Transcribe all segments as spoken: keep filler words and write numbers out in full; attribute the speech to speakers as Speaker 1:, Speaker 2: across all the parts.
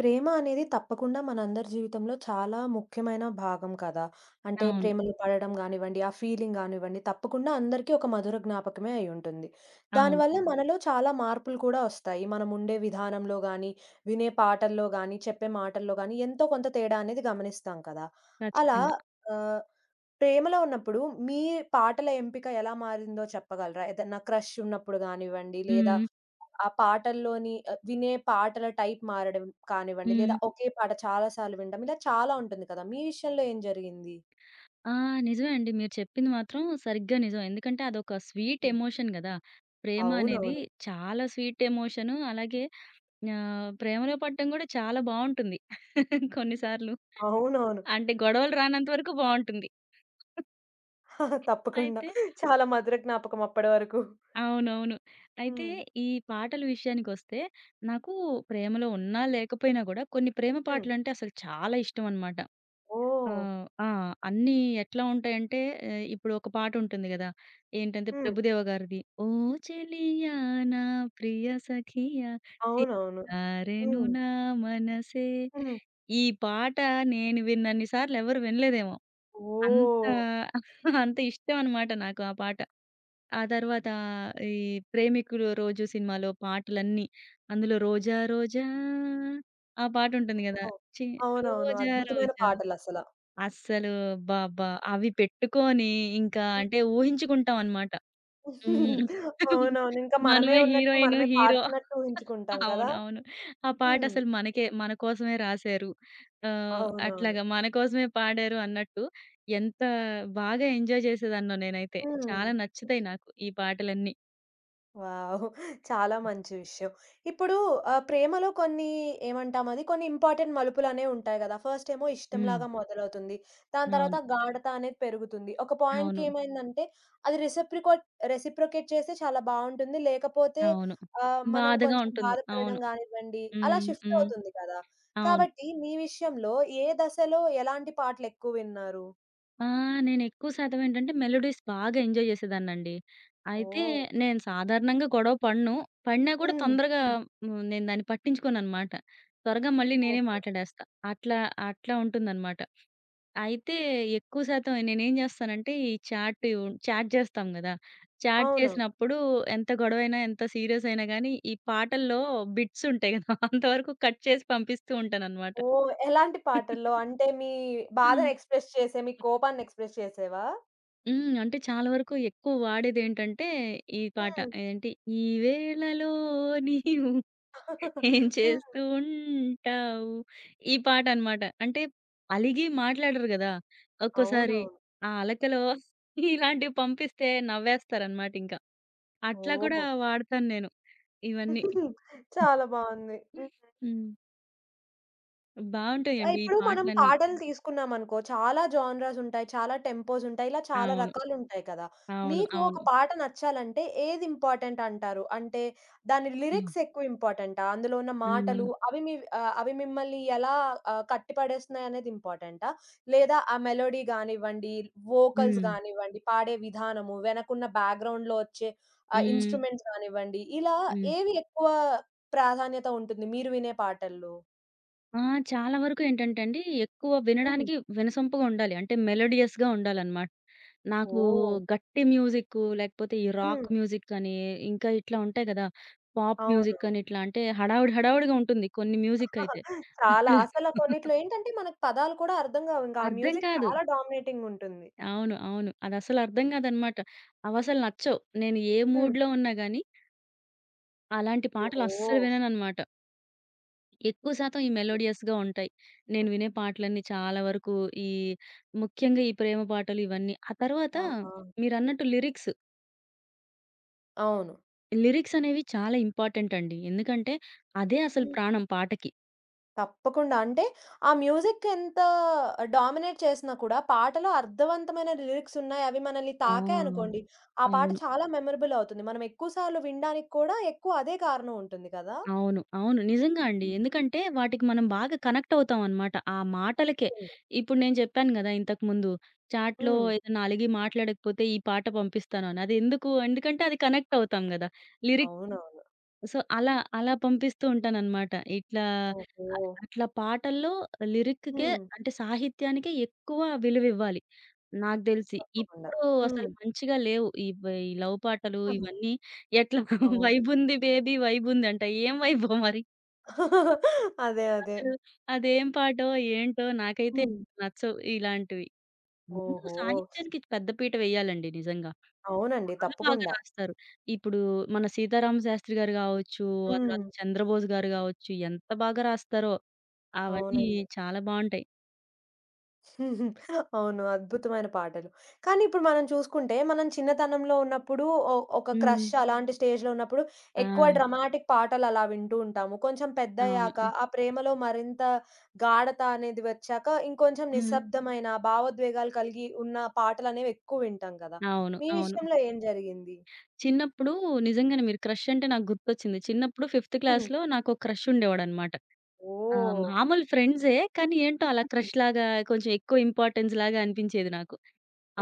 Speaker 1: ప్రేమ అనేది తప్పకుండా మనందరి జీవితంలో చాలా ముఖ్యమైన భాగం కదా! అంటే
Speaker 2: అవును.
Speaker 1: ప్రేమలో పడడం గానివ్వండి, ఆ ఫీలింగ్ గానివ్వండి, తప్పకుండా అందరికీ ఒక మధుర జ్ఞాపకమే అయ్యుంటుంది.
Speaker 2: అవును.
Speaker 1: దానివల్ల హ్మ్. మనలో చాలా మార్పులు కూడా ఒస్తాయి. మనముండే విధానంలో గాని, వినే పాటల్లో గాని, చెప్పే మాటల్లో గాని ఎంతో కొంత తేడా అనేది గమనిస్తాం కదా! అలా
Speaker 2: ఖచ్చితంగా.
Speaker 1: అవును. ఆహ్, ప్రేమలో ఉన్నప్పుడు మీ పాటల ఎంపిక ఎలా మారిందో చెప్పగలరా? ఏదన్నా క్రష్ ఉన్నప్పుడు గానివ్వండి, లేదా
Speaker 2: హ్మ్.
Speaker 1: ఆ పాటల్లోని ఆహ్, వినే పాటల టైప్ మారడం కానివ్వండి,
Speaker 2: హ్మ్.
Speaker 1: లేదా ఒకే పాట చాలా సార్లు వినడం ఇలా చాలా ఉంటుంది కదా! మీ విషయంలో ఏం జరిగింది?
Speaker 2: ఆ! నిజమే అండి. మీరు చెప్పింది మాత్రం సరిగ్గా నిజం. ఎందుకంటే అదొక స్వీట్
Speaker 1: హ్మ్.
Speaker 2: ఎమోషన్ గదా! ప్రేమ అనేది
Speaker 1: అవునవును.
Speaker 2: చాలా స్వీట్ ఎమోషను. అలాగే ఆహ్, ప్రేమలో పడటం గూడా చాలా బావుంటుంది. కొన్ని సార్లు.
Speaker 1: అవునవును.
Speaker 2: అంటే గొడవలు రానంత వరకు బావుంటుంది.
Speaker 1: తప్పకుండా.
Speaker 2: అయితే
Speaker 1: చాలా మధుర జ్ఞాపకం అప్పడి వరకు.
Speaker 2: అవునవును. అయితే
Speaker 1: హ్మ్.
Speaker 2: ఈ పాటల విషయానికొస్తే నాకు ప్రేమలో ఉన్నా, లేకపోయినా గూడా కొన్ని ప్రేమ
Speaker 1: హ్మ్.
Speaker 2: పాటలంటే అసలు చాలా ఇష్టమనమాట. ఆ!
Speaker 1: ఓహ్!
Speaker 2: ఆ! అన్నీ ఎట్లా ఉంటాయంటే ఆహ్, ఇప్పుడు ఒక పాటుంటుంది గదా! ఏంటంటే
Speaker 1: హ్మ్.
Speaker 2: 'ప్రభుదేవ' గారిది. ఓ చెలియా నా ప్రియ సఖియా
Speaker 1: అవునవును.
Speaker 2: చిన్నారెను
Speaker 1: హ్మ్.
Speaker 2: నా మనసే.
Speaker 1: హ్మ్.
Speaker 2: ఈ పాట నేను విన్నన్ని సార్లు ఎవరు వినలేదేమో. అంత
Speaker 1: ఓహ్!
Speaker 2: అంత ఇష్టం అన్నమాట నాకు ఆ పాట. ఆ తర్వాత ఈ 'ప్రేమికులు రోజు' సినిమాలో పాటలన్నీ అందులో 'రోజా రోజా' ఆ పాటుంటుంది గదా!
Speaker 1: ఓహ్!
Speaker 2: చి
Speaker 1: అవునవును.
Speaker 2: రోజా
Speaker 1: అద్భుతమైన
Speaker 2: రోజా
Speaker 1: పాటలసల.
Speaker 2: అస్సలు అబ్బబ్బా! అవి పెట్టుకొని ఇంకా
Speaker 1: హ్మ్.
Speaker 2: అంటే ఊహించుకుంటాం అన్నమాట. హ్మ్.
Speaker 1: అవునవును. ఇంకా మనమే
Speaker 2: మనమే
Speaker 1: ఉన్నట్టు,
Speaker 2: హీరోయిను,
Speaker 1: మనమే
Speaker 2: హీరో.
Speaker 1: పాడుతున్నట్టు ఊహించుకుంటాం కదా!
Speaker 2: అవునవును. ఆ
Speaker 1: హ్మ్.
Speaker 2: పాటసలు మనకే మన కోసమే రాశారు. ఆహ్,
Speaker 1: అవునవును.
Speaker 2: అట్లాగా మన కోసమే పాడారు అన్నట్టు ఎంత బాగా ఎంజాయ్ చేసేదాన్నో నేనైతే.
Speaker 1: హ్మ్.
Speaker 2: చాలా నచ్చుతాయి నాకు ఈ పాటలన్నీ.
Speaker 1: వావ్! చాలా మంచి విషయం. ఇప్పుడు ఆహ్, ప్రేమలో కొన్ని ఏమంటాం అది కొన్ని ఇంపార్టెంట్ మలుపులనేవి ఉంటాయి గదా! ఫస్ట్ ఏమో
Speaker 2: హ్మ్.
Speaker 1: ఇష్టంలాగా మొదలవుతుంది. దాని తర్వాత
Speaker 2: అవును.
Speaker 1: గాఢత అనేది పెరుగుతుంది. ఒక పాయింట్‌కి
Speaker 2: అవును.
Speaker 1: ఏమైందంటే అది రెసిప్రికోట్ రెసిప్రొకేట్ చేస్తే చాలా బావుంటుంది. లేకపోతే
Speaker 2: అవును.
Speaker 1: ఆహ్, మనం
Speaker 2: బాధగా
Speaker 1: కొంచెం
Speaker 2: ఉంటుంది.
Speaker 1: బాధపడడం
Speaker 2: అవును.
Speaker 1: గానివ్వండి, అలా
Speaker 2: హ్మ్.
Speaker 1: షిఫ్ట్
Speaker 2: హ్మ్.
Speaker 1: అవుతుంది కదా!
Speaker 2: అవును.
Speaker 1: కాబట్టి మీ విషయంలో ఏ దశలో ఎలాంటి పాటలెక్కువ విన్నారు?
Speaker 2: ఆ! నేనెక్కువ శాతం ఏంటంటే, మెలోడీస్ బాగా ఎంజాయ్ చేసేదాన్నండి. అయితే
Speaker 1: ఓహ్!
Speaker 2: నేను సాధారణంగా గొడవ పడను. పడినా
Speaker 1: హ్మ్.
Speaker 2: కూడా తొందరగా
Speaker 1: హ్మ్.
Speaker 2: హ్మ్, నేను దాన్ని పట్టించుకోననమాట. త్వరగా మళ్ళీ నేనే
Speaker 1: ఓకే.
Speaker 2: మాట్లాడేస్తా. అట్లా, అట్లా ఉంటుందనమాట. అయితే ఎక్కువ శాతం నేనేం చేస్తానంటే, ఈ చాట్ చాట్ చేస్తాం గదా! చాట్
Speaker 1: అవునా?
Speaker 2: చేసినప్పుడు ఎంత గొడవైనా, ఎంత సీరియస్ అయినా గానీ, ఈ పాటల్లో బిట్స్ ఉంటాయి గదా! అంతవరకు కట్ చేసి పంపిస్తూ ఉంటాననమాట.
Speaker 1: ఓహ్! ఎలాంటి పాటల్లో? అంటే మీ బాధను ఎక్స్‌ప్రెస్ చేసే, మీ కోపాన్ని ఎక్స్‌ప్రెస్ చేసేవా?
Speaker 2: హ్మ్. అంటే చాలా వరకు ఎక్కువ వాడేదేంటంటే ఈ పాట.
Speaker 1: హ్మ్.
Speaker 2: ఏంటి ఈ వేళలో నీవు ఏం
Speaker 1: హ్మ్.
Speaker 2: చేస్తూ ఉంటావు? ఈ పాటనమాట. అంటే అలిగి మాట్లాడరు గదా! ఒక్కోసారి
Speaker 1: అవునవును.
Speaker 2: ఆ అలకలో ఇలాంటివి పంపిస్తే నవ్వేస్తారనమాటింక. అట్లా కూడా
Speaker 1: ఓహ్!
Speaker 2: వాడతాను నేను ఇవన్నీ.
Speaker 1: చాలా బావుంది. హ్మ్.
Speaker 2: హ్మ్.
Speaker 1: ఆ!
Speaker 2: బావుంటాయండి ఈ
Speaker 1: ఇప్పుడు మనం
Speaker 2: పాటలన్నీ.
Speaker 1: పాటలు తీసుకున్నామనుకో, చాలా జానరాస్ ఉంటాయి, చాలా టెంపోస్ ఉంటాయి, ఇలా చాలా
Speaker 2: అవును.
Speaker 1: రకాలుంటాయి కదా!
Speaker 2: అవును.
Speaker 1: మీకు ఒక
Speaker 2: అవును.
Speaker 1: పాట నచ్చాలంటే ఏది ఇంపార్టెంట్ అంటారు? అంటే దాని
Speaker 2: హ్మ్.
Speaker 1: లిరిక్స్ ఎక్కువ ఇంపార్టెంటా? అందులో ఉన్న
Speaker 2: హ్మ్.
Speaker 1: మాటలు అవి మీ ఆహ్, అవి మిమ్మల్ని ఎలా ఆహ్, కట్టిపడేస్తున్నాయనేది ఇంపార్టెంటా? లేదా ఆ మెలోడీ గానివ్వండి, వోకల్స్
Speaker 2: హ్మ్.
Speaker 1: గానివ్వండి, పాడే విధానము, వెనకున్న బ్యాక్‌గ్రౌండ్‌లో వచ్చే ఆహ్,
Speaker 2: హ్మ్.
Speaker 1: ఇన్‌స్ట్రుమెంట్స్ గానివ్వండి, ఇలా
Speaker 2: హ్మ్.
Speaker 1: ఏవి ఎక్కువ ప్రాధాన్యత ఉంటుంది మీరు వినే పాటల్లో?
Speaker 2: ఆ! చాలా వరకు ఏంటంటే అండి, ఎక్కువ
Speaker 1: హ్మ్.
Speaker 2: వినడానికి వినసొంపుగా ఉండాలి. అంటే మెలోడియస్‌గా ఉండాలనమాట. నాకు
Speaker 1: ఓహ్!
Speaker 2: గట్టి మ్యూజిక్కు, లేకపోతే ఈ
Speaker 1: హ్మ్.
Speaker 2: రాక్ మ్యూజిక్ అని, ఇంకా ఇట్లా ఉంటాయి కదా! పాప్ మ్యూజిక్
Speaker 1: అవునవును.
Speaker 2: అని ఇట్లా అంటే హడావుడి హడావుడిగా ఉంటుంది కొన్ని మ్యూజిక్ అయితే.
Speaker 1: చాలా.
Speaker 2: అసలు
Speaker 1: అసల కొన్నిట్లో ఏంటంటే మనకు పదాలు కూడా అర్థం కావు. ఇంకా ఆ
Speaker 2: అర్థం
Speaker 1: మ్యూజిక్
Speaker 2: కాదు.
Speaker 1: చాలా డామినేటింగ్ ఉంటుంది.
Speaker 2: అవును. అవును. అదసలు అర్థం కాదనమాట. అవసలు నచ్చవు. నేను ఏ
Speaker 1: హ్మ్.
Speaker 2: మూడ్‌లో ఉన్నా గాని అలాంటి పాటలు
Speaker 1: ఓహో!
Speaker 2: అస్సలు వినననమాట. ఎక్కువ శాతం ఈ మెలోడియస్‌గా ఉంటాయి. నేను
Speaker 1: హ్మ్.
Speaker 2: వినే పాటలన్నీ చాలా వరకు ఈ ముఖ్యంగా ఈ ప్రేమ పాటలు ఇవన్నీ. ఆ తర్వాత
Speaker 1: ఆహా!
Speaker 2: మీరన్నట్టు లిరిక్స్,
Speaker 1: అవును.
Speaker 2: లిరిక్స్ అనేవి చాలా ఇంపార్టెంట్ అండి. ఎందుకంటే అదే అసలు
Speaker 1: హ్మ్.
Speaker 2: ప్రాణం పాటకి.
Speaker 1: తప్పకుండా. అంటే ఆ మ్యూజిక్ ఎంత డామినేట్ చేసినా కూడా పాటలో అర్థవంతమైన లిరిక్స్ ఉన్నాయి. అవి మనల్ని
Speaker 2: ఆ!
Speaker 1: తాకాయనుకోండి, ఆ పాట
Speaker 2: అవును.
Speaker 1: చాలా మెమరబుల్ అవుతుంది. మనం ఎక్కువ సార్లు వినడానికి కూడా ఎక్కువ అదే కారణం ఉంటుంది కదా!
Speaker 2: అవును. అవును. నిజంగా అండి.
Speaker 1: హ్మ్.
Speaker 2: ఎందుకంటే వాటికి మనం బాగా కనెక్ట్ అవుతాం అన్నమాట. ఆ మాటలకే. ఇప్పుడు నేను చెప్పాను గదా! ఇంతకుముందు చాట్‌లో
Speaker 1: హ్మ్.
Speaker 2: ఏదైనా అలిగి మాట్లాడకపోతే ఈ పాట పంపిస్తాను అని. అది ఎందుకు? ఎందుకంటే అది కనెక్ట్ అవుతాం గదా! లిరిక్స్
Speaker 1: అవునవును.
Speaker 2: సో, అలా, అలా పంపిస్తూ ఉంటాననమాట. ఇట్లా
Speaker 1: ఓహో!
Speaker 2: అ అట్లా పాటల్లో లిరిక్‌కే
Speaker 1: హ్మ్.
Speaker 2: అంటే సాహిత్యానికే ఎక్కువ విలువివ్వాలి. నాకు తెలిసి.
Speaker 1: తప్పకుండా.
Speaker 2: ఇప్పుడు
Speaker 1: హ్మ్.
Speaker 2: అసలు మంచిగా లేవు. ఈ వ ఈ లవ్ పాటలు ఇవన్నీ ఎట్లా
Speaker 1: అవును.
Speaker 2: వైబుంది బేబీ వైబుంది అంట. ఏం వైబో మరి?
Speaker 1: అదే. అదే.
Speaker 2: అసలు అదేం పాటో, ఏంటో నాకైతే
Speaker 1: హ్మ్.
Speaker 2: నచ్చవు ఇలాంటివి. ముందు
Speaker 1: ఓహో!
Speaker 2: సాహిత్యానికి పెద్ద పీట వేయాలండి నిజంగా.
Speaker 1: అవునండి.
Speaker 2: చాలా బాగా
Speaker 1: తప్పకుండా.
Speaker 2: రాస్తారు. ఇప్పుడు మన 'సీతారామ శాస్త్రి' గారు గావచ్చు, ఆ
Speaker 1: హ్మ్.
Speaker 2: తర్వాత 'చంద్రబోస్' గారు గావచ్చు ఎంత బాగా రాస్తారో. అవన్నీ
Speaker 1: అవునండి.
Speaker 2: చాలా బావుంటాయి.
Speaker 1: అవును. అద్భుతమైన పాటలు. కానీ ఇప్పుడు మనం చూసుకుంటే, మనం చిన్నతనంలో ఉన్నప్పుడు ఒ ఒక
Speaker 2: హ్మ్.
Speaker 1: క్రష్ అలాంటి స్టేజ్‌లో ఉన్నప్పుడు ఎక్కువ
Speaker 2: ఆ!
Speaker 1: డ్రమాటిక్ పాటలు అలా వింటూ ఉంటాము. కొంచెం
Speaker 2: అవును.
Speaker 1: పెద్దయ్యాక
Speaker 2: హ్మ్.
Speaker 1: ఆ ప్రేమలో మరింత గాఢత అనేది వచ్చాక ఇంకొంచెం
Speaker 2: హ్మ్.
Speaker 1: నిశ్శబ్దమైన, భావోద్వేగాలు కలిగి ఉన్న పాటలనేవి ఎక్కువ వింటాం కదా!
Speaker 2: అవును.
Speaker 1: మీ
Speaker 2: అవును.
Speaker 1: విషయంలో ఏం జరిగింది?
Speaker 2: చిన్నప్పుడు నిజంగానే మీరు క్రష్ అంటే నాకు గుర్తొచ్చింది. చిన్నప్పుడు ఫిఫ్త్ క్లాస్‌లో నాకో క్రష్ ఉండేవాడనమాట. ఆహ్,
Speaker 1: ఓహ్!
Speaker 2: మామూలు ఫ్రెండ్సే కానీ ఏంటో అలా క్రష్ లాగా కొంచెం ఎక్కువ ఇంపార్టెన్స్ లాగా అనిపించేది నాకు.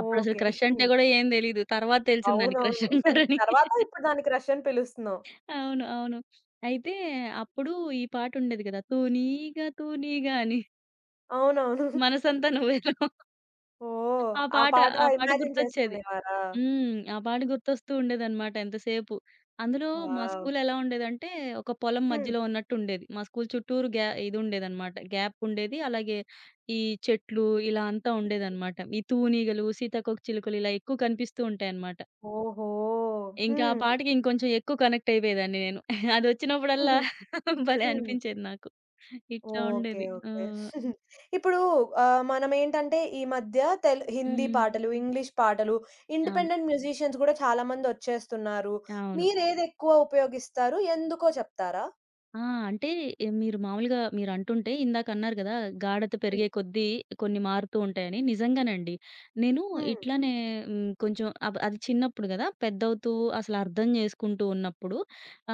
Speaker 2: అప్పుడసలు
Speaker 1: ఓకే.
Speaker 2: క్రష్ అంటే
Speaker 1: హ్మ్.
Speaker 2: గూడా ఏం తెలీదు. తర్వాత తెలిసింది దాన్ని క్రష్
Speaker 1: అవునవును. హ్మ్.
Speaker 2: అంటారని.
Speaker 1: తర్వాత ఇప్పుడు దానికి రష్ అని పిలుస్తున్నావు.
Speaker 2: అవును. అవును. అయితే అప్పుడు ఈ పాటుండేది గదా! తూనీగా తూనీగా అని
Speaker 1: అవునవును.
Speaker 2: మనసంతా నువ్వేలో
Speaker 1: ఓహ్!
Speaker 2: ఆ
Speaker 1: ఆ
Speaker 2: పాట,
Speaker 1: పాట
Speaker 2: ఆ పాట
Speaker 1: ఇమాజిన్
Speaker 2: గుర్తొచ్చేది.
Speaker 1: చేసుకునేవారా?
Speaker 2: హ్మ్. ఆ పాట గుర్తొస్తూ ఉండేదనమాట ఎంతసేపు. అందులో మా
Speaker 1: వావ్!
Speaker 2: స్కూల్ ఎలా ఉండేదంటే ఒక పొలం
Speaker 1: హ్మ్.
Speaker 2: మధ్యలో ఉన్నట్టుండేది. మా స్కూల్ చుట్టూరు గ్యా ఇదుండేదనమాట. గ్యాప్ ఉండేది. అలాగే ఈ చెట్లు ఇలా అంతా ఉండేదనమాట. ఈ తూనీగలు, సీతాకోక చిలుకలు ఇలా ఎక్కువ కనిపిస్తూ ఉంటాయన్నమాట.
Speaker 1: ఓహో!
Speaker 2: ఇంకా ఆ
Speaker 1: హ్మ్.
Speaker 2: పాటకి ఇంకొంచెం ఎక్కువ కనెక్ట్ అయిపోయేదాన్ని నేను. అదొచ్చినప్పుడల్లా భలే
Speaker 1: హ్మ్.
Speaker 2: అనిపించేది నాకు. ఇట్లా
Speaker 1: ఓకే.
Speaker 2: ఉండేది. ఆ!
Speaker 1: ఓకే. ఇప్పుడు ఆహ్, మనమేంటంటే ఈ మధ్య తెలు హిందీ
Speaker 2: హ్మ్.
Speaker 1: పాటలు, ఇంగ్లీష్ పాటలు,
Speaker 2: అవును.
Speaker 1: ఇండిపెండెంట్ మ్యూజిషియన్స్ గూడా చాలా మందొచ్చేస్తున్నారు.
Speaker 2: అవును.
Speaker 1: మీరేదెక్కువ ఉపయోగిస్తారు? ఎందుకో చెప్తారా?
Speaker 2: ఆ! అంటే ఎ మీరు మామూలుగా మీరంటుంటే ఇందాకన్నారు గదా! గాఢత
Speaker 1: హ్మ్.
Speaker 2: పెరిగే కొద్దీ కొన్ని మారుతూ ఉంటాయని. నిజంగానండి. నేను
Speaker 1: హ్మ్.
Speaker 2: ఇట్లానే హ్మ్, కొంచెం అబ్ అది చిన్నప్పుడు గదా! పెద్దవుతూ అసలర్థం జేసుకుంటూ ఉన్నప్పుడు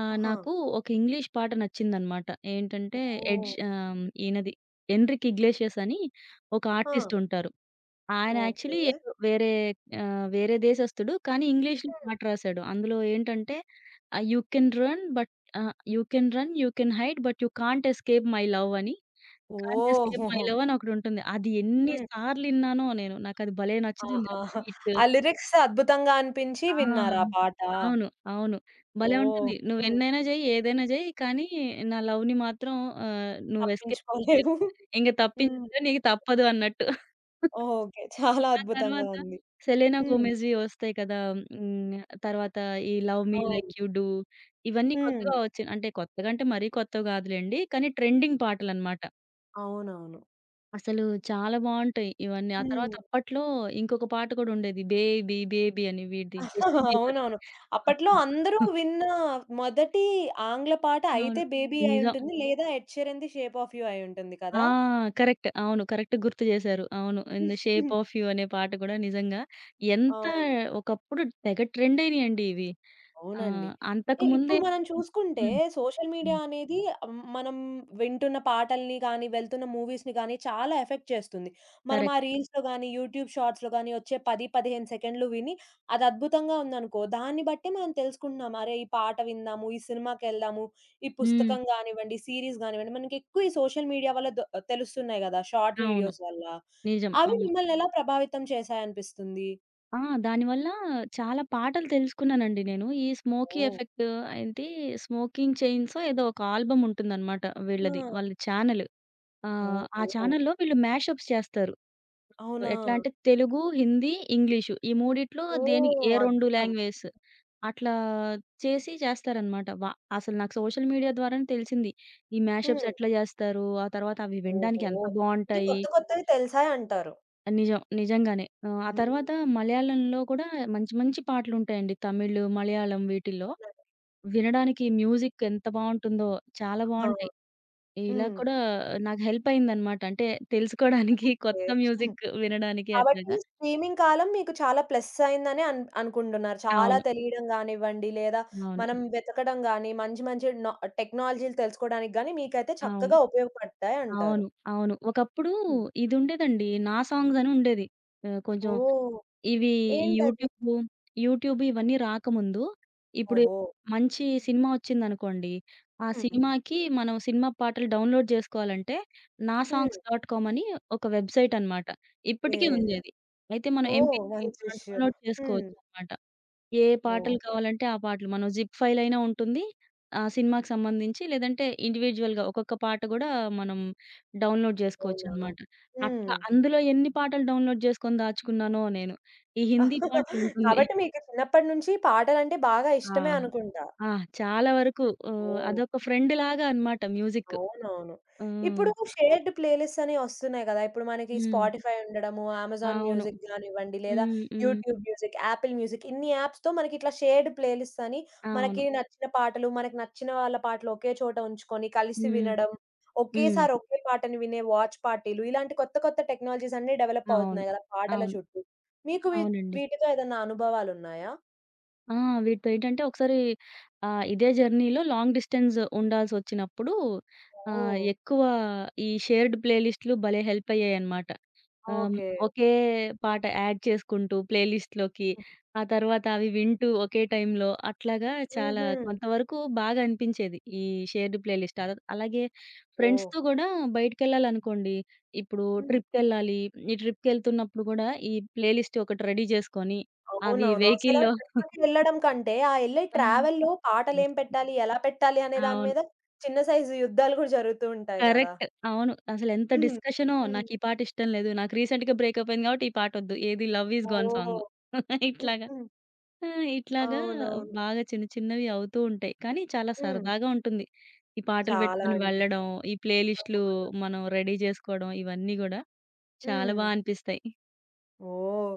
Speaker 2: ఆహ్,
Speaker 1: ఆహా!
Speaker 2: నాకు ఒక ఇంగ్లీష్ పాట నచ్చిందనమాట. ఏంటంటే
Speaker 1: ఓహ్!
Speaker 2: ఎడ్జ్ ఆహ్, ఈయనది ఎన్రిక్ ఇగ్లేషియస్ అని ఒక
Speaker 1: ఆ!
Speaker 2: ఆర్టిస్టుంటారు. ఆయన యాక్చువల్లీ
Speaker 1: ఓకే.
Speaker 2: ఏదో వేరే ఆహ్, వేరే దేశస్థుడు. కానీ ఇంగ్లీష్‌లో
Speaker 1: హ్మ్.
Speaker 2: పాట రాసాడు. అందులో ఏంటంటే ఆహ్, you can run but ah, you can run, you can hide but you can't escape my love అని. Can't
Speaker 1: oh!
Speaker 2: Escape my love అని ఒకటుంటుంది. అది ఎన్ని
Speaker 1: హ్మ్.
Speaker 2: సార్లు ఇన్నానో నేను. నాకది భలే నచ్చుతుంది. ఆ
Speaker 1: ఆహా!
Speaker 2: బీట్.
Speaker 1: ఆ లిరిక్స్ అద్భుతంగా అనిపించి
Speaker 2: ఆ!
Speaker 1: విన్నారు ఆ పాట.
Speaker 2: అవును. అవును. భలే
Speaker 1: ఓహ్!
Speaker 2: ఉంటుంది.
Speaker 1: హ్మ్.
Speaker 2: నువ్వెన్నైనా జెయ్యి, ఏదైనా జెయ్యి కానీ నా లవ్‌ని మాత్రం ఆహ్, నువ్వు ఎస్కేప్ చేయలేవు.
Speaker 1: తప్పించుకోలేవు.
Speaker 2: ఇంక
Speaker 1: హ్మ్.
Speaker 2: తప్పించడం నీకు తప్పదు అన్నట్టు.
Speaker 1: ఓకే. చాలా
Speaker 2: ఆ
Speaker 1: అద్భుతంగా
Speaker 2: తర్వాత
Speaker 1: ఉంది.
Speaker 2: 'సెలెనా
Speaker 1: హ్మ్.
Speaker 2: గోమెజ్‌వి' వస్తాయి కదా! హ్మ్. తర్వాత ఈ 'లవ్ మీ లైక్
Speaker 1: అవును.
Speaker 2: యూ డు' ఇవన్నీ
Speaker 1: హ్మ్.
Speaker 2: కొత్తగా వచ్చిన అంటే కొత్తగా అంటే మరీ కొత్తవి కాదులెండి. కానీ ట్రెండింగ్ పాటలనమాట.
Speaker 1: అవునవును.
Speaker 2: అసలు చాలా బావుంటాయి ఇవన్నీ. ఆ తర్వాత
Speaker 1: హ్మ్.
Speaker 2: అప్పట్లో ఇంకొక పాట కూడా ఉండేది 'బేబీ బేబీ' అని వీడిది 'జస్టిన్ బీబర్‌ది'.
Speaker 1: అవునవును. అప్పట్లో
Speaker 2: అబ్బా!
Speaker 1: అందరూ విన్న మొదటి ఆంగ్ల పాట
Speaker 2: అవును.
Speaker 1: 'అయితే బేబీ'
Speaker 2: నిజం.
Speaker 1: అయుంటుంది. లేదా 'ఎడ్ షీరన్‌ది షేప్ ఆఫ్ యూ' అయుంటుంది
Speaker 2: ఆ!
Speaker 1: కదా!
Speaker 2: కరెక్ట్. అవును. కరెక్ట్ గుర్తు చేశారు. అవును. 'In the shape of you' అనే పాట కూడా నిజంగా ఎంత
Speaker 1: అవును.
Speaker 2: ఒకప్పుడు తెగ ట్రెండ్ అయినాయండి ఇవి. ఆ!
Speaker 1: అవునండి. ఇ
Speaker 2: అంతకుముందే
Speaker 1: ఇప్పుడు మనం చూసుకుంటే
Speaker 2: హ్మ్.
Speaker 1: సోషల్ మీడియా
Speaker 2: హ్మ్.
Speaker 1: అనేది హ్మ్, మనం వింటున్న పాటల్ని గానీ, వెళ్తున్న మూవీస్‌ని గానీ చాలా ఎఫెక్ట్ చేస్తుంది. మనం ఆ
Speaker 2: కరెక్ట్.
Speaker 1: రీల్స్‌లో గానీ, యూట్యూబ్ షార్ట్స్‌లో గానీ వచ్చే పది, పదిహేను సెకండ్లు విని అది అద్భుతంగా ఉందనుకో, దాన్ని బట్టి మనం తెలుసుకుంటున్నాం. అరే! ఈ పాట విందాము, ఈ సినిమాకెళ్దాము, ఈ
Speaker 2: హ్మ్.
Speaker 1: పుస్తకం గానివ్వండి, సీరీస్ గానివ్వండి, మనకెక్కువ ఈ సోషల్ మీడియా వల్ల దొ తెలుస్తున్నాయి గదా! షార్ట్
Speaker 2: అవును.
Speaker 1: వీడియోస్ వల్ల.
Speaker 2: నిజం.
Speaker 1: అవి
Speaker 2: అవును.
Speaker 1: మిమ్మల్ని ఎలా ప్రభావితం చేశాయనిపిస్తుంది?
Speaker 2: ఆ! దానివల్ల చాలా పాటలు తెలుసుకున్నానండి నేను. ఈ 'స్మోకీ
Speaker 1: ఓహ్!
Speaker 2: ఎఫెక్ట్' ఏంటి 'స్మోకింగ్ చైన్సో' ఏదో ఒక ఆల్బమ్ ఉంటుందన్నమాట
Speaker 1: ఆ!
Speaker 2: వీళ్ళది. వాళ్ళ ఛానెల్. ఆహ్, ఆ
Speaker 1: ఓహో!
Speaker 2: ఛానెల్‌లో వీళ్ళు మ్యాషప్స్ చేస్తారు.
Speaker 1: అవునా!
Speaker 2: ఎట్లా అంటే తెలుగు, హిందీ, ఇంగ్లీషు ఈ మూడిట్లో దేనికి
Speaker 1: ఓహ్!
Speaker 2: ఏ రెండు
Speaker 1: అద్భుతం.
Speaker 2: లాంగ్వేజెస్ అట్లా చేసి చేస్తారనమాట. వ అసలు నాకు సోషల్ మీడియా ద్వారానే తెలిసింది. ఈ మ్యాషప్స్
Speaker 1: హ్మ్.
Speaker 2: ఎట్లా చేస్తారు? ఆ తర్వాత అవి వినడానికి
Speaker 1: ఓహో!
Speaker 2: ఎంత
Speaker 1: అంటే
Speaker 2: బావుంటాయి.
Speaker 1: కొత్త కొత్తవి తెలిసాయి అంటారు.
Speaker 2: నిజం. నిజంగానే. ఆహ్, ఆ
Speaker 1: హ్మ్.
Speaker 2: తర్వాత మలయాళంలో కూడా మంచి మంచి పాటలుంటాయండి. తమిళ్, మలయాళం వీటిల్లో. వినడానికి మ్యూజిక్ ఎంత బావుంటుందో చాలా
Speaker 1: ఆ!
Speaker 2: బావుంటాయి. ఇలా
Speaker 1: హ్మ్.
Speaker 2: కూడా నాకు హెల్ప్ అయిందనమాట. అంటే తెలుసుకోవడానికి కొత్త
Speaker 1: ఓకే.
Speaker 2: మ్యూజిక్ వినడానికి
Speaker 1: కాబట్టి
Speaker 2: అట్లాగా.
Speaker 1: స్ట్రీమింగ్ కాలం మీకు చాలా ప్లస్ అయిందని అన్ అనుకుంటున్నారు. చాలా
Speaker 2: అవును.
Speaker 1: తెలియడం గానివ్వండి, లేదా
Speaker 2: అవును.
Speaker 1: మనం వెతకడం గాని, మంచి మంచి నా టెక్నాలజీలు తెలుసుకోవడానికి గాని మీకైతే
Speaker 2: అవును.
Speaker 1: చక్కగా ఉపయోగపడతాయి అంటారు.
Speaker 2: అవును. అవును. ఒకప్పుడు
Speaker 1: హ్మ్.
Speaker 2: ఇదుండేదండి. నా సాంగ్స్ అని ఉండేది. ఆహ్, కొంచెం
Speaker 1: ఓహ్!
Speaker 2: ఇవి ఈ
Speaker 1: ఏంటది?
Speaker 2: యూట్యూబు, యూట్యూబ్ ఇవన్నీ రాకముందు ఇప్పుడు
Speaker 1: ఓహో!
Speaker 2: మంచి సినిమా వచ్చిందనుకోండి. ఆ
Speaker 1: హ్మ్.
Speaker 2: సినిమాకి మనం సినిమా పాటలు డౌన్‌లోడ్ జేసుకోవాలంటే నా
Speaker 1: హ్మ్.
Speaker 2: సాంగ్స్ డాట్ కామ్ అని ఒక వెబ్‌సైట్ అనమాట.
Speaker 1: ఓకే.
Speaker 2: ఇప్పటికీ ఉంది అది. అయితే మనం
Speaker 1: ఓహ్!
Speaker 2: ఎంపీ త్రీ
Speaker 1: మంచి
Speaker 2: మనం
Speaker 1: విషయం.
Speaker 2: డౌన్‌లోడ్
Speaker 1: హ్మ్.
Speaker 2: చేసుకోవచ్చనమాట. ఏ
Speaker 1: ఓహ్!
Speaker 2: పాటలు కావాలంటే ఆ పాటలు. మనం జిప్ ఫైల్ అయినా ఉంటుంది. ఆ సినిమాకి సంబంధించి లేదంటే ఇండివిడ్యుయల్‌గా ఒక్కొక్క పాట గూడా మనం డౌన్‌లోడ్
Speaker 1: అవునా!
Speaker 2: జేసుకోవచ్చనమాట. అట్లా
Speaker 1: హ్మ్.
Speaker 2: అందులో ఎన్ని పాటలు డౌన్‌లోడ్ జేసుకొని దాచుకున్నానో నేను. ఈ హిందీ పాటలుంటుంది.
Speaker 1: కాబట్టి మీకు చిన్నప్పటి నుంచి పాటలంటే బాగా
Speaker 2: ఆ!
Speaker 1: ఇష్టమే అనుకుంటా.
Speaker 2: ఆ! చాలా వరకు ఆహ్,
Speaker 1: ఓహ్!
Speaker 2: అదొక ఫ్రెండ్‌లాగా అన్నమాట మ్యూజిక్.
Speaker 1: అవునవును.
Speaker 2: హ్మ్.
Speaker 1: ఇప్పుడు
Speaker 2: అట్లా.
Speaker 1: షేర్డ్ ప్లేలిస్ట్స్ అని వస్తున్నాయి గదా! ఇప్పుడు మనకి
Speaker 2: హ్మ్.
Speaker 1: స్పాటిఫై ఉండడము, అమెజాన్
Speaker 2: అవును.
Speaker 1: మ్యూజిక్ గానివ్వండి, లేదా
Speaker 2: హ్మ్. హ్మ్.
Speaker 1: యూట్యూబ్ మ్యూజిక్, యాపిల్ మ్యూజిక్ ఇన్ని యాప్స్‌తో మనకి ఇట్లా షేర్డ్ ప్లేలిస్ట్స్ అని
Speaker 2: అవును.
Speaker 1: మనకి నచ్చిన పాటలు, మనకి నచ్చిన వాళ్ళ పాటలు ఒకే చోట ఉంచుకొని కలిసి
Speaker 2: హ్మ్.
Speaker 1: వినడం,
Speaker 2: హ్మ్.
Speaker 1: ఒకేసారి ఒకే పాటని వినే వాచ్ పార్టీలు ఇలాంటి కొత్త కొత్త టెక్నాలజీస్ అన్నీ డెవలప్
Speaker 2: అవును.
Speaker 1: అవుతున్నాయి గదా! పాటల
Speaker 2: అవును.
Speaker 1: చుట్టూ. మీకు వీ
Speaker 2: అవునండి.
Speaker 1: వీటితో ఏదన్నా అనుభవాలున్నాయా?
Speaker 2: ఆ! వీటితో ఏంటంటే ఒకసారి ఆహ్, ఇదే జర్నీలో లాంగ్ డిస్టెన్స్ ఉండాల్సొచ్చినప్పుడు ఆహ్,
Speaker 1: ఓహ్!
Speaker 2: ఎక్కువ ఈ షేర్డ్ ప్లేలిస్ట్‌లు భలే హెల్ప్ అయ్యాయన్నమాట. ఆహ్,
Speaker 1: ఓకే.
Speaker 2: ఒకే పాట యాడ్ చేసుకుంటూ ప్లేలిస్ట్‌లోకి ఆ తర్వాత అవి వింటూ ఒకే టైంలో అట్లాగా చాలా
Speaker 1: హుహు.
Speaker 2: కొంతవరకు బాగా అనిపించేది ఈ షేర్డ్ ప్లేలిస్ట్. అల అలాగే
Speaker 1: ఓహ్!
Speaker 2: ఫ్రెండ్స్‌తో గూడా బయటికెళ్ళాలనుకోండి, ఇప్పుడు
Speaker 1: హ్మ్.
Speaker 2: ట్రిప్‌కెళ్ళాలి, ఈ ట్రిప్‌కెళ్తున్నప్పుడు గూడా ఈ ప్లేలిస్ట్ ఒకటి రెడీ జేసుకొని అవి
Speaker 1: అవునవును. అసలా
Speaker 2: వెహికల్‌లో
Speaker 1: ట్రిప్‌కి వెళ్ళడం కంటే, ఆ యెళ్ళే
Speaker 2: ఆ!
Speaker 1: ట్రావెల్‌లో పాటలేం
Speaker 2: హ్మ్.
Speaker 1: పెట్టాలి, ఎలా పెట్టాలి అనే దాని
Speaker 2: అవును.
Speaker 1: మీద చిన్న సైజు యుద్ధాలు గూడా జరుగుతూ ఉంటాయి గదా!
Speaker 2: కరెక్ట్. అవును. అసలెంత
Speaker 1: హ్మ్.
Speaker 2: డిస్కషనో
Speaker 1: హ్మ్.
Speaker 2: నాకు ఈ పాట ఇష్టం లేదు. నాకు రీసెంట్‌గా బ్రేకప్ అయింది కాబట్టి ఈ పాటొద్దు. ఏది 'లవ్ ఈజ్ గాన్'
Speaker 1: ఓహ్!
Speaker 2: సాంగు.
Speaker 1: హ్మ్.
Speaker 2: ఇట్లాగా.
Speaker 1: హ్మ్.
Speaker 2: ఆ! ఇట్లాగా
Speaker 1: అవునవును.
Speaker 2: బాగా చిన్న చిన్నవి అవుతూ ఉంటాయి. కానీ చాలా
Speaker 1: హ్మ్.
Speaker 2: సరదాగా ఉంటుంది. ఈ పాటలు
Speaker 1: చాలా
Speaker 2: పెట్టుకొని
Speaker 1: అండి.
Speaker 2: వెళ్ళడం, ఈ ప్లే లిస్ట్‌లు
Speaker 1: తప్పకుండా.
Speaker 2: మనం రెడీ చేసుకోవడం ఇవన్నీ గూడా చాలా
Speaker 1: హ్మ్.
Speaker 2: బా అనిపిస్తాయి.
Speaker 1: ఓహ్!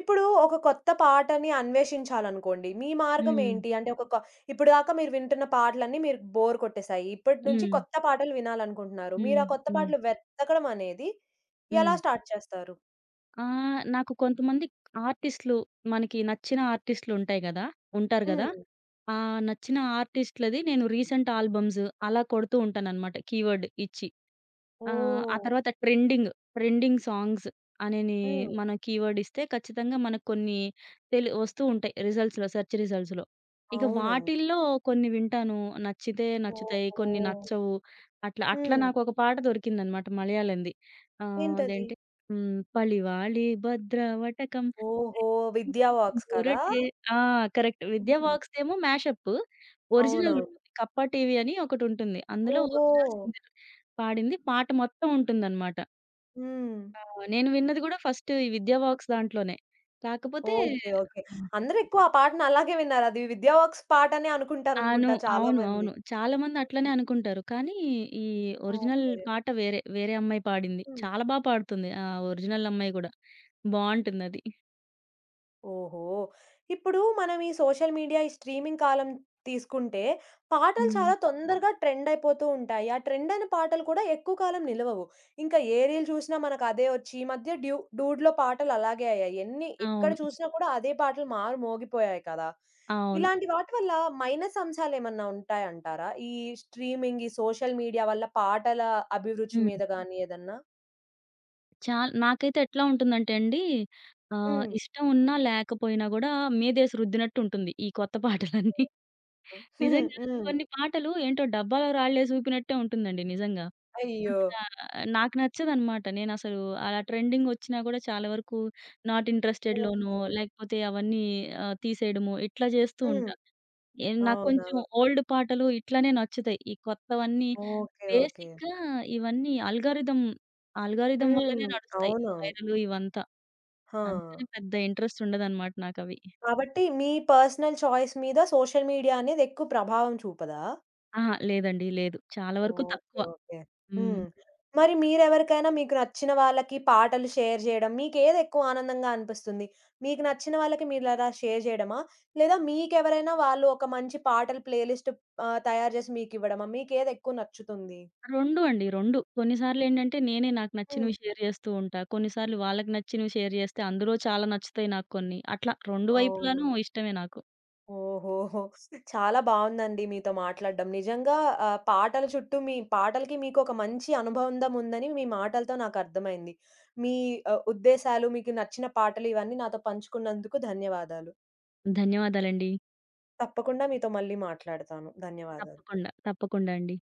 Speaker 1: ఇప్పుడు ఒక కొత్త పాటని అన్వేషించాలనుకోండి. మీ మార్గం
Speaker 2: హ్మ్.
Speaker 1: ఏంటి? అంటే ఒక క ఇప్పటిదాకా మీరు వింటున్న పాటలన్నీ మీరు బోర్ కొట్టేసాయి. ఇప్పటి నుంచి
Speaker 2: హ్మ్.
Speaker 1: కొత్త పాటలు వినాలనుకుంటున్నారు. మీరు
Speaker 2: హ్మ్.
Speaker 1: ఆ కొత్త
Speaker 2: హ్మ్.
Speaker 1: పాటలు వెతకడం అనేది ఎలా
Speaker 2: హ్మ్.
Speaker 1: స్టార్ట్ చేస్తారు?
Speaker 2: ఆహ్, నాకు కొంతమంది ఆర్టిస్ట్‌లు మనకి నచ్చిన ఆర్టిస్ట్‌లుంటాయి గదా! ఉంటారు గదా!
Speaker 1: హ్మ్.
Speaker 2: ఆ! నచ్చిన ఆర్టిస్ట్‌లది నేను రీసెంట్ ఆల్బమ్స్ అలా కొడుతూ ఉంటాననమాట కీవర్డ్ ఇచ్చి. ఆ! ఆ
Speaker 1: ఓహ్!
Speaker 2: తర్వాత ట్రెండింగ్, ట్రెండింగ్ సాంగ్స్ అనేని
Speaker 1: హ్మ్.
Speaker 2: మనం కీవర్డ్ ఇస్తే ఖచ్చితంగా మనకు కొన్ని తెలు వస్తూ ఉంటాయి రిజల్ట్స్‌లో, సెర్చ్ రిజల్ట్స్‌లో. ఇక
Speaker 1: అవునవును.
Speaker 2: వాటిల్లో కొన్ని వింటాను. నచ్చితే నచ్చుతాయి.
Speaker 1: ఓహో!
Speaker 2: కొన్ని నచ్చవు. అట్లా, అట్లా
Speaker 1: హ్మ్.
Speaker 2: నాకొక పాట దొరికిందనమాట మలయాళంది. ఆహ్,
Speaker 1: ఏంటది?
Speaker 2: అదేంటి హ్మ్. 'పళివాళి భద్రవటకం
Speaker 1: ఓహో! విద్యా వాక్స్ కదా!
Speaker 2: ఊరటే' ఆ! కరెక్ట్. 'విద్యా
Speaker 1: హ్మ్.
Speaker 2: బాక్స్‌దేమో' మ్యాషప్. ఒరిజినల్
Speaker 1: అవునవును.
Speaker 2: ఉంటుంది. 'కప్ప టీవీ' అని ఒకటుంటుంది. అందులో
Speaker 1: ఓహో!
Speaker 2: Original singer. పాడింది. పాట మొత్తం ఉంటుందనమాట.
Speaker 1: హ్మ్.
Speaker 2: ఆహ్, నేను విన్నది గూడా ఫస్ట్ ఈ 'విద్యా వాక్స్' దాంట్లోనే. కాకపోతే
Speaker 1: ఓకే. ఓకే. అందరూ ఎక్కువ ఆ పాటను అలాగే విన్నారు. అది విద్యావాక్స్ పాటనే
Speaker 2: అను
Speaker 1: అనుకుంటారనుకుంటా చాలా
Speaker 2: అవును.
Speaker 1: మంది.
Speaker 2: అవును. చాలా మంది
Speaker 1: హ్మ్.
Speaker 2: అట్లనే అనుకుంటారు. కానీ ఈ ఒరిజినల్
Speaker 1: ఓకే.
Speaker 2: పాట వేరే. వేరే అమ్మాయి పాడింది.
Speaker 1: హ్మ్.
Speaker 2: చాలా బా పాడుతుంది. ఆ ఒరిజినల్ అమ్మాయి గూడా. బావుంటుందది.
Speaker 1: ఓహో! ఇప్పుడు మనం ఈ సోషల్ మీడియా, ఈ స్ట్రీమింగ్ కాలం తీసుకుంటే, పాటలు
Speaker 2: హ్మ్.
Speaker 1: చాలా తొందరగా ట్రెండ్ అయిపోతూ ఉంటాయి. ఆ ట్రెండ్ అయిన పాటలు కూడా ఎక్కువ కాలం నిలవవు. ఇంకా ఏ రీల్ చూసినా మనకు అదే వచ్చి, ఈ మధ్య డ్యూ డూడ్‌లో పాటలు అలాగే అయ్యాయి. ఎన్ని ఎక్కడ
Speaker 2: అవును.
Speaker 1: చూసినా కూడా అదే పాటలు మారుమోగిపోయాయి కదా!
Speaker 2: అవును.
Speaker 1: ఇలాంటి వాటి వల్ల మైనస్ అంశాలేమన్నా ఉంటాయంటారా? ఈ స్ట్రీమింగ్, ఈ సోషల్ మీడియా వల్ల పాటల అభిరుచి
Speaker 2: హ్మ్.
Speaker 1: మీద గాని ఏదన్నా?
Speaker 2: చాల్ నాకైతే ఎట్లా ఉంటుందంటే అండి ఆహ్,
Speaker 1: హ్మ్.
Speaker 2: ఇష్టం ఉన్నా లేకపోయినా గూడా మీదేసి రుద్దినట్టు ఉంటుంది. ఈ కొత్త పాటలన్నీ. నిజంగా
Speaker 1: హ్మ్.
Speaker 2: కొన్ని పాటలు ఏంటో డబ్బాలో రాళ్ళేసి ఊపినట్టే ఉంటుందండి నిజంగా.
Speaker 1: అయ్యో!
Speaker 2: అంతగా నాకు నచ్చదనమాట. నేనసలు అలా ట్రెండింగొచ్చినా గూడా చాలా వరకు నాట్ ఇంట్రెస్టెడ్ లోనో,
Speaker 1: ఓకే.
Speaker 2: లేకపోతే అవన్నీ ఆహ్, తీసేయడమో ఇట్లా జేస్తూ
Speaker 1: హ్మ్.
Speaker 2: ఉంటా. ఏ నాకు
Speaker 1: అవునా!
Speaker 2: కొంచెం ఓల్డ్ పాటలు ఇట్లనే నచ్చుతాయి. ఈ కొత్తవన్నీ
Speaker 1: ఓకే. ఓకే.
Speaker 2: బేసిక్‌గా ఇవన్నీ అల్గారిథం, అల్గారిథం
Speaker 1: హ్మ్.
Speaker 2: వల్లనే నడుస్తాయి. ఈ
Speaker 1: అవునవును.
Speaker 2: వైరల్ ఇవంతా.
Speaker 1: హా!
Speaker 2: అందుకని పెద్ద ఇంట్రెస్ట్ ఉండదనమాట నాకవి.
Speaker 1: కాబట్టి మీ పర్సనల్ చాయిస్ మీద సోషల్ మీడియా అనేది ఎక్కువ ప్రభావం చూపదా?
Speaker 2: అహా! లేదండి. లేదు. చాలా వరకు తక్కువ.
Speaker 1: ఓకే. ఓకే.
Speaker 2: హ్మ్.
Speaker 1: హ్మ్. మరి మీరెవరికైనా మీకు నచ్చిన వాళ్ళకి పాటలు షేర్ జేయడం మీకేది ఎక్కువ ఆనందంగా అనిపిస్తుంది? మీకు నచ్చిన వాళ్ళకి మీరలా షేర్ జేయడమా? లేదా మీకెవరైనా వాళ్ళు ఒక మంచి పాటల ప్లేలిస్ట్ ఆహ్, తయారు జేసి మీకివ్వడమా? మీకేది ఎక్కువ నచ్చుతుంది?
Speaker 2: రెండు అండి. రెండు కొన్నిసార్లేంటంటే నేనే నాకు
Speaker 1: హ్మ్.
Speaker 2: నచ్చినవి షేర్ చేస్తూ ఉంటా. కొన్నిసార్లు వాళ్ళకి నచ్చినవి షేర్ చేస్తే అందులో చాలా నచ్చుతాయి నాకు కొన్ని. అట్లా రెండు
Speaker 1: అవును.
Speaker 2: వైపులాను ఇష్టమే నాకు.
Speaker 1: ఓహోహో! చాలా బావుందండి మీతో మాట్లాడడం. నిజంగా ఆహ్, పాటల చుట్టూ మీ పాటలకి మీకొక మంచి అనుబంధం ఉందని మీ మాటలతో నాకర్థమైంది. మీ ఆహ్, ఉద్దేశాలు, మీకు నచ్చిన పాటలు ఇవన్నీ నాతో పంచుకున్నందుకు ధన్యవాదాలు.
Speaker 2: ధన్యవాదాలండి.
Speaker 1: తప్పకుండా మీతో మళ్ళీ మాట్లాడతాను. ధన్యవాదాలు.
Speaker 2: తప్పకుండా. తప్పకుండా అండి.